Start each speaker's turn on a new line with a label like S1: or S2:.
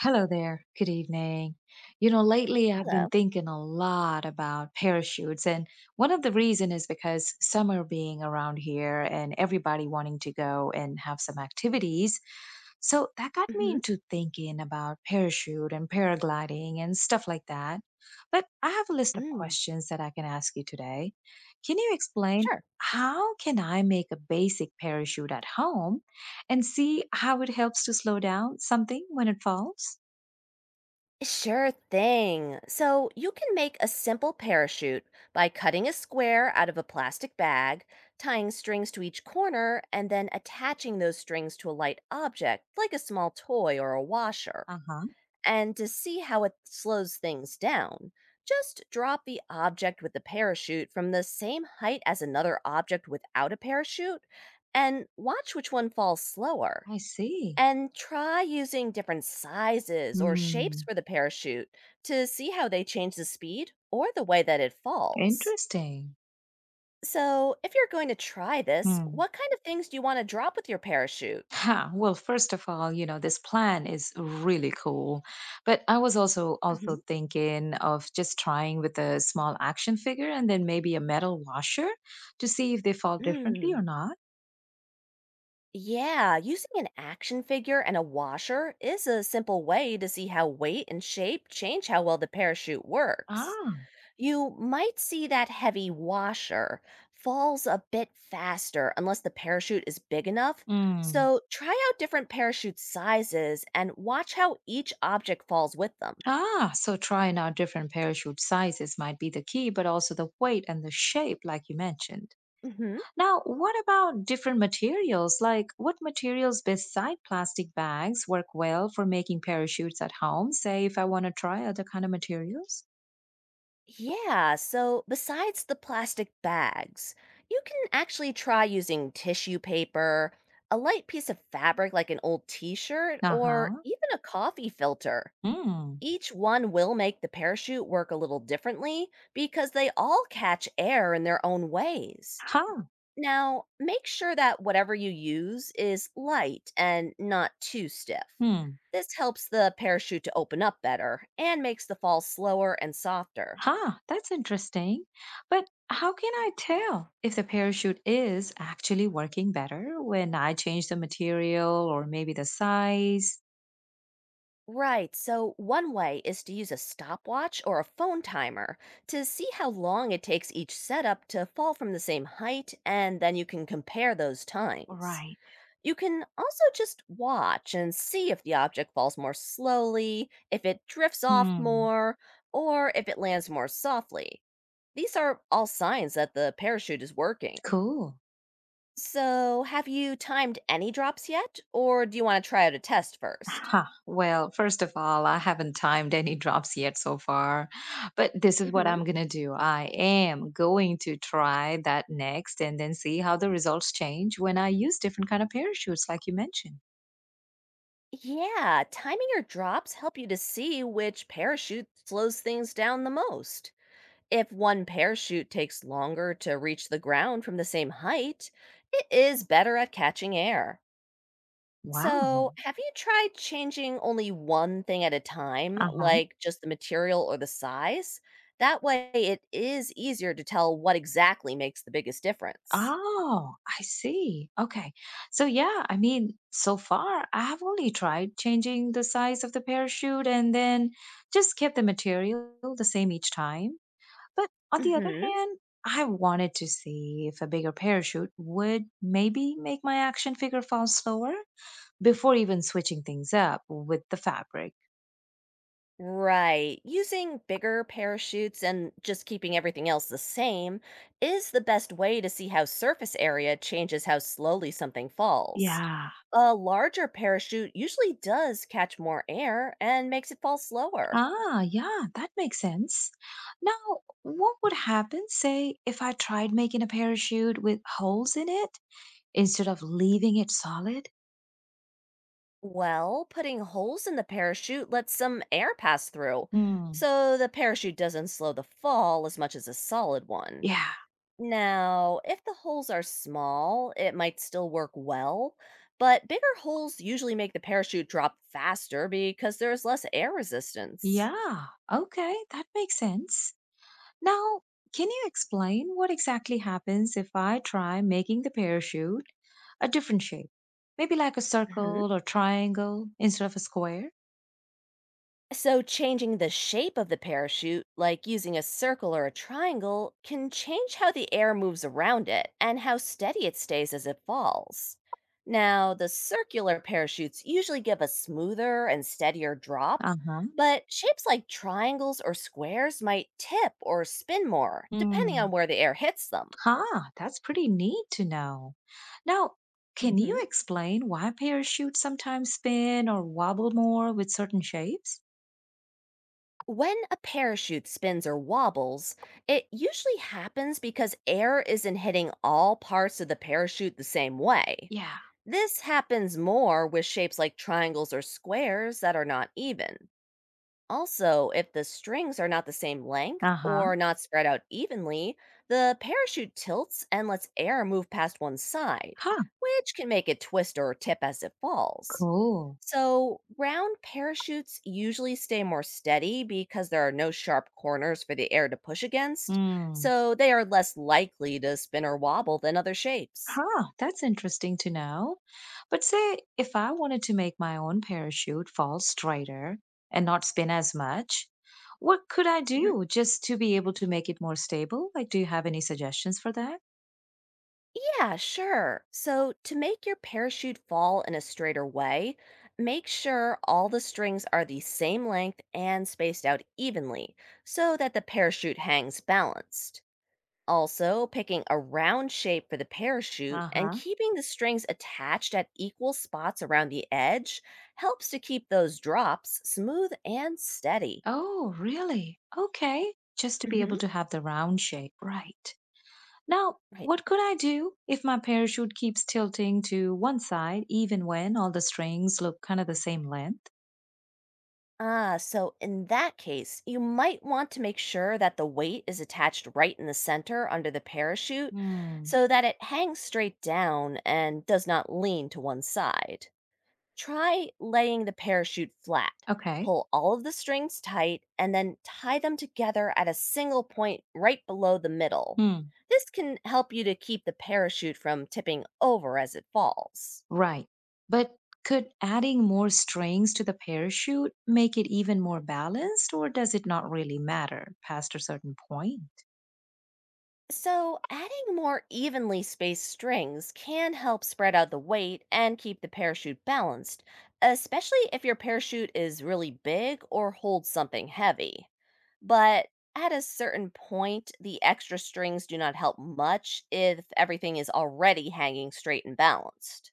S1: Hello there. Good evening. Lately I've
S2: Hello.
S1: been thinking a lot about parachutes, and one of the reason is because summer being around here and everybody wanting to go and have some activities. So that got me
S2: hmm
S1: into thinking about parachute and paragliding and stuff like that. But I have a list of
S2: Mm,
S1: questions that I can ask you today. Can you explain
S2: sure.
S1: how can I make a basic parachute at home and see how it helps to slow down something when it falls?
S2: Sure thing. So you can make a simple parachute by cutting a square out of a plastic bag, tying strings to each corner, and then attaching those strings to a light object like a small toy or a washer.
S1: Uh-huh.
S2: And to see how it slows things down, just drop the object with the parachute from the same height as another object without a parachute and watch which one falls slower.
S1: I see.
S2: And try using different sizes or shapes
S1: Hmm.
S2: for the parachute to see how they change the speed or the way that it falls.
S1: Interesting.
S2: So, if you're going to try this,
S1: Hmm.
S2: what kind of things do you want to drop with your parachute?
S1: Ha, well, first of all, this plan is really cool. But I was also
S2: hmm
S1: thinking of just trying with a small action figure and then maybe a metal washer to see if they fall differently or
S2: Hmm.
S1: not.
S2: Yeah, using an action figure and a washer is a simple way to see how weight and shape change how well the parachute works.
S1: Ah.
S2: You might see that heavy washer falls a bit faster unless the parachute is big enough.
S1: Mm.
S2: So try out different parachute sizes and watch how each object falls with them.
S1: Ah, so trying out different parachute sizes might be the key, but also the weight and the shape, like you mentioned.
S2: hmm
S1: Now, what about different materials? Like, what materials beside plastic bags work well for making parachutes at home? Say, if I want to try other kind of materials.
S2: Yeah, so besides the plastic bags, you can actually try using tissue paper, a light piece of fabric like an old t shirt,
S1: Uh
S2: or
S1: huh.
S2: even a coffee filter.
S1: Hmm.
S2: Each one will make the parachute work a little differently because they all catch air in their own ways.
S1: Huh.
S2: Now, make sure that whatever you use is light and not too stiff.
S1: Hmm.
S2: This helps the parachute to open up better and makes the fall slower and softer.
S1: Huh, that's interesting. But how can I tell if the parachute is actually working better when I change the material or maybe the size?
S2: Right, so one way is to use a stopwatch or a phone timer to see how long it takes each setup to fall from the same height, and then you can compare those times.
S1: Right.
S2: You can also just watch and see if the object falls more slowly, if it drifts off
S1: Hmm.
S2: more, or if it lands more softly. These are all signs that the parachute is working.
S1: Cool.
S2: So, have you timed any drops yet, or do you want to try out a test 1st
S1: Huh, well, first of all, I haven't timed any drops yet so far, but this is what
S2: hmm
S1: I'm going to do. I am going to try that next and then see how the results change when I use different kind of parachutes like you mentioned.
S2: Yeah, timing your drops help you to see which parachute slows things down the most. If one parachute takes longer to reach the ground from the same height, it is better at catching air.
S1: Wow.
S2: So, have you tried changing only one thing at a time,
S1: Uh-huh.
S2: like just the material or the size? That way, it is easier to tell what exactly makes the biggest difference.
S1: Oh, I see. Okay. So yeah, I mean, so far I have only tried changing the size of the parachute and then just kept the material the same each time. But on the other
S2: hmm
S1: hand, I wanted to see if a bigger parachute would maybe make my action figure fall slower before even switching things up with the fabric.
S2: Right. Using bigger parachutes and just keeping everything else the same is the best way to see how surface area changes how slowly something falls.
S1: Yeah.
S2: A larger parachute usually does catch more air and makes it fall slower.
S1: Ah, yeah, that makes sense. Now, what would happen, say, if I tried making a parachute with holes in it instead of leaving it solid?
S2: Well, putting holes in the parachute lets some air pass through,
S1: Hmm.
S2: so the parachute doesn't slow the fall as much as a solid one.
S1: Yeah.
S2: Now, if the holes are small, it might still work well, but bigger holes usually make the parachute drop faster because there is less air resistance.
S1: Yeah, okay, that makes sense. Now, can you explain what exactly happens if I try making the parachute a different shape? Maybe like a
S2: Mhm.
S1: circle or triangle instead of a square?
S2: So, changing the shape of the parachute, like using a circle or a triangle, can change how the air moves around it and how steady it stays as it falls. Now, the circular parachutes usually give a smoother and steadier drop,
S1: Uh huh.
S2: but shapes like triangles or squares might tip or spin more, depending on
S1: Hmm.
S2: where the air hits them.
S1: Huh, that's pretty neat to know. Now, can you explain why parachutes sometimes spin or wobble more with certain shapes?
S2: When a parachute spins or wobbles, it usually happens because air isn't hitting all parts of the parachute the same way.
S1: Yeah.
S2: This happens more with shapes like triangles or squares that are not even. Also, if the strings are not the same length
S1: Uh huh.
S2: or not spread out evenly, the parachute tilts and lets air move past one side,
S1: Huh,
S2: which can make it twist or tip as it falls.
S1: cool.
S2: So, round parachutes usually stay more steady because there are no sharp corners for the air to push against,
S1: Hmm.
S2: so they are less likely to spin or wobble than other shapes.
S1: Huh, that's interesting to know. But say if I wanted to make my own parachute fall straighter and not spin as much, what could I
S2: Mhm.
S1: do just to be able to make it more stable? Like, do you have any suggestions for that?
S2: Yeah, sure. So, to make your parachute fall in a straighter way, make sure all the strings are the same length and spaced out evenly so that the parachute hangs balanced. Also, picking a round shape for the parachute
S1: Uh
S2: and
S1: huh.
S2: keeping the strings attached at equal spots around the edge helps to keep those drops smooth and steady.
S1: Oh, really? Okay. Just to be
S2: hmm
S1: able to have the round shape. Right. Now,
S2: Right.
S1: what could I do if my parachute keeps tilting to one side, even when all the strings look kind of the same length?
S2: Ah, so in that case, you might want to make sure that the weight is attached right in the center under the parachute
S1: Hmm.
S2: so that it hangs straight down and does not lean to one side. Try laying the parachute flat.
S1: Okay.
S2: Pull all of the strings tight and then tie them together at a single point right below the middle.
S1: Hmm.
S2: This can help you to keep the parachute from tipping over as it falls.
S1: Right. But could adding more strings to the parachute make it even more balanced, or does it not really matter past a certain point?
S2: So, adding more evenly spaced strings can help spread out the weight and keep the parachute balanced, especially if your parachute is really big or holds something heavy. But at a certain point, the extra strings do not help much if everything is already hanging straight and balanced.